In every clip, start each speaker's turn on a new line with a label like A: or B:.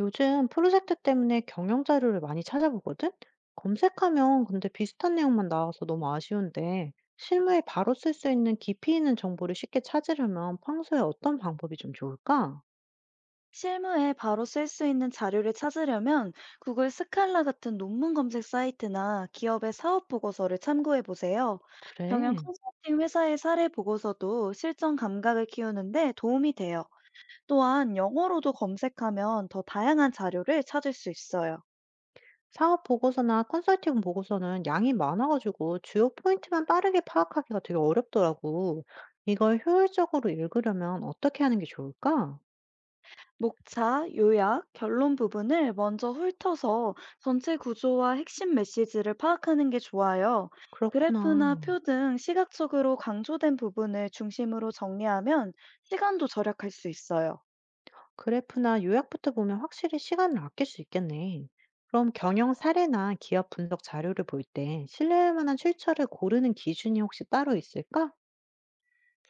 A: 요즘 프로젝트 때문에 경영 자료를 많이 찾아보거든? 검색하면 근데 비슷한 내용만 나와서 너무 아쉬운데, 실무에 바로 쓸 수 있는 깊이 있는 정보를 쉽게 찾으려면 평소에 어떤 방법이 좀 좋을까?
B: 실무에 바로 쓸 수 있는 자료를 찾으려면 구글 스칼라 같은 논문 검색 사이트나 기업의 사업 보고서를 참고해 보세요. 경영
A: 그래.
B: 컨설팅 회사의 사례 보고서도 실전 감각을 키우는데 도움이 돼요. 또한 영어로도 검색하면 더 다양한 자료를 찾을 수 있어요.
A: 사업 보고서나 컨설팅 보고서는 양이 많아가지고 주요 포인트만 빠르게 파악하기가 되게 어렵더라고. 이걸 효율적으로 읽으려면 어떻게 하는 게 좋을까?
B: 목차, 요약, 결론 부분을 먼저 훑어서 전체 구조와 핵심 메시지를 파악하는 게 좋아요. 그래프나
A: 그렇구나.
B: 표 등 시각적으로 강조된 부분을 중심으로 정리하면 시간도 절약할 수 있어요.
A: 그래프나 요약부터 보면 확실히 시간을 아낄 수 있겠네. 그럼 경영 사례나 기업 분석 자료를 볼 때 신뢰할 만한 출처를 고르는 기준이 혹시 따로 있을까?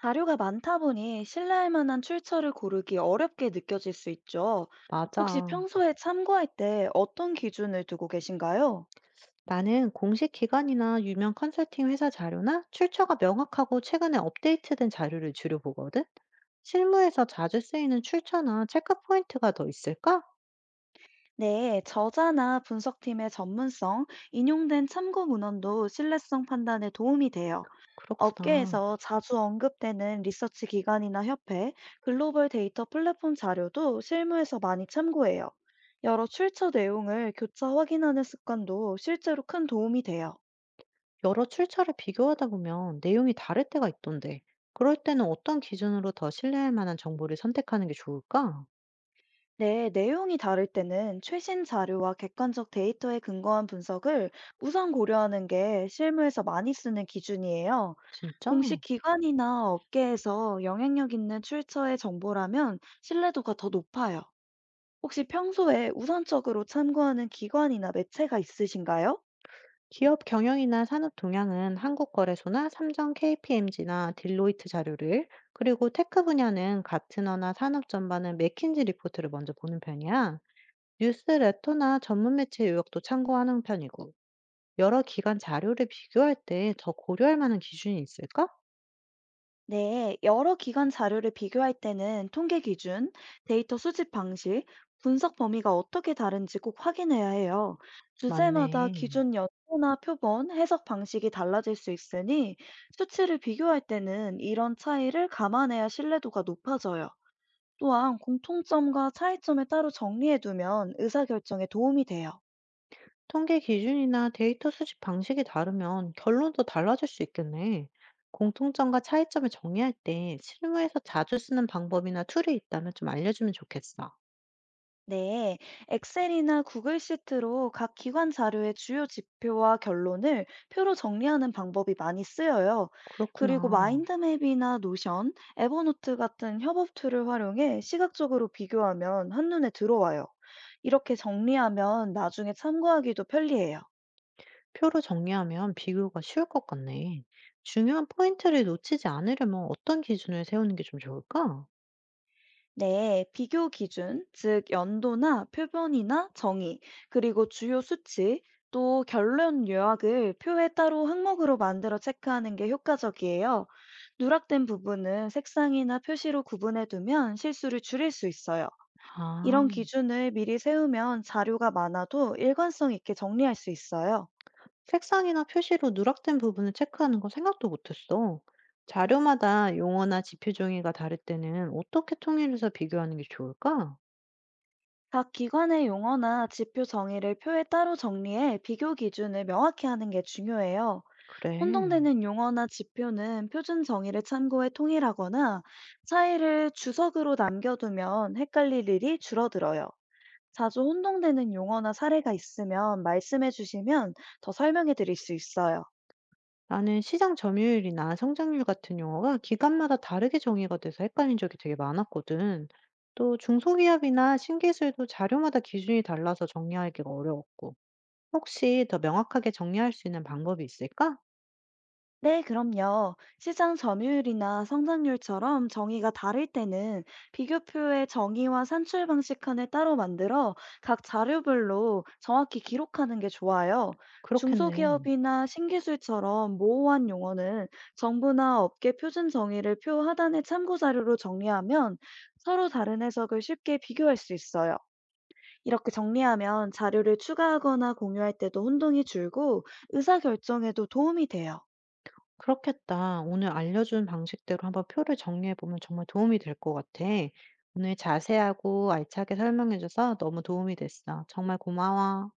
B: 자료가 많다 보니 신뢰할 만한 출처를 고르기 어렵게 느껴질 수 있죠. 혹시
A: 맞아.
B: 평소에 참고할 때 어떤 기준을 두고 계신가요?
A: 나는 공식 기관이나 유명 컨설팅 회사 자료나 출처가 명확하고 최근에 업데이트된 자료를 주로 보거든. 실무에서 자주 쓰이는 출처나 체크 포인트가 더 있을까?
B: 네, 저자나 분석팀의 전문성, 인용된 참고 문헌도 신뢰성 판단에 도움이 돼요.
A: 그렇구나.
B: 업계에서 자주 언급되는 리서치 기관이나 협회, 글로벌 데이터 플랫폼 자료도 실무에서 많이 참고해요. 여러 출처 내용을 교차 확인하는 습관도 실제로 큰 도움이 돼요.
A: 여러 출처를 비교하다 보면 내용이 다를 때가 있던데, 그럴 때는 어떤 기준으로 더 신뢰할 만한 정보를 선택하는 게 좋을까?
B: 네, 내용이 다를 때는 최신 자료와 객관적 데이터에 근거한 분석을 우선 고려하는 게 실무에서 많이 쓰는 기준이에요.
A: 진짜?
B: 공식 기관이나 업계에서 영향력 있는 출처의 정보라면 신뢰도가 더 높아요. 혹시 평소에 우선적으로 참고하는 기관이나 매체가 있으신가요?
A: 기업 경영이나 산업 동향은 한국거래소나 삼성 KPMG나 딜로이트 자료를, 그리고 테크 분야는 가트너나 산업 전반은 맥킨지 리포트를 먼저 보는 편이야. 뉴스레터나 전문 매체 요약도 참고하는 편이고, 여러 기관 자료를 비교할 때 더 고려할 만한 기준이 있을까?
B: 네, 여러 기관 자료를 비교할 때는 통계 기준, 데이터 수집 방식, 분석 범위가 어떻게 다른지 꼭 확인해야 해요. 주제마다
A: 맞네.
B: 기준 연도나 표본, 해석 방식이 달라질 수 있으니 수치를 비교할 때는 이런 차이를 감안해야 신뢰도가 높아져요. 또한 공통점과 차이점을 따로 정리해두면 의사결정에 도움이 돼요.
A: 통계 기준이나 데이터 수집 방식이 다르면 결론도 달라질 수 있겠네. 공통점과 차이점을 정리할 때 실무에서 자주 쓰는 방법이나 툴이 있다면 좀 알려주면 좋겠어.
B: 네, 엑셀이나 구글 시트로 각 기관 자료의 주요 지표와 결론을 표로 정리하는 방법이 많이 쓰여요. 그리고
A: 그렇구나.
B: 마인드맵이나 노션, 에버노트 같은 협업 툴을 활용해 시각적으로 비교하면 한눈에 들어와요. 이렇게 정리하면 나중에 참고하기도 편리해요.
A: 표로 정리하면 비교가 쉬울 것 같네. 중요한 포인트를 놓치지 않으려면 어떤 기준을 세우는 게 좀 좋을까?
B: 네, 비교 기준, 즉 연도나 표본이나 정의, 그리고 주요 수치, 또 결론 요약을 표에 따로 항목으로 만들어 체크하는 게 효과적이에요. 누락된 부분은 색상이나 표시로 구분해 두면 실수를 줄일 수 있어요.
A: 아,
B: 이런 기준을 미리 세우면 자료가 많아도 일관성 있게 정리할 수 있어요.
A: 색상이나 표시로 누락된 부분을 체크하는 건 생각도 못했어. 자료마다 용어나 지표 종이가 다를 때는 어떻게 통일해서 비교하는 게 좋을까?
B: 각 기관의 용어나 지표 정의를 표에 따로 정리해 비교 기준을 명확히 하는 게 중요해요.
A: 그래.
B: 혼동되는 용어나 지표는 표준 정의를 참고해 통일하거나 차이를 주석으로 남겨두면 헷갈릴 일이 줄어들어요. 자주 혼동되는 용어나 사례가 있으면 말씀해 주시면 더 설명해 드릴 수 있어요.
A: 나는 시장 점유율이나 성장률 같은 용어가 기간마다 다르게 정의가 돼서 헷갈린 적이 되게 많았거든. 또 중소기업이나 신기술도 자료마다 기준이 달라서 정리하기가 어려웠고. 혹시 더 명확하게 정리할 수 있는 방법이 있을까?
B: 네, 그럼요. 시장 점유율이나 성장률처럼 정의가 다를 때는 비교표의 정의와 산출 방식 칸을 따로 만들어 각 자료별로 정확히 기록하는 게 좋아요.
A: 그렇겠네.
B: 중소기업이나 신기술처럼 모호한 용어는 정부나 업계 표준 정의를 표 하단의 참고 자료로 정리하면 서로 다른 해석을 쉽게 비교할 수 있어요. 이렇게 정리하면 자료를 추가하거나 공유할 때도 혼동이 줄고 의사결정에도 도움이 돼요.
A: 그렇겠다. 오늘 알려준 방식대로 한번 표를 정리해보면 정말 도움이 될 것 같아. 오늘 자세하고 알차게 설명해줘서 너무 도움이 됐어. 정말 고마워.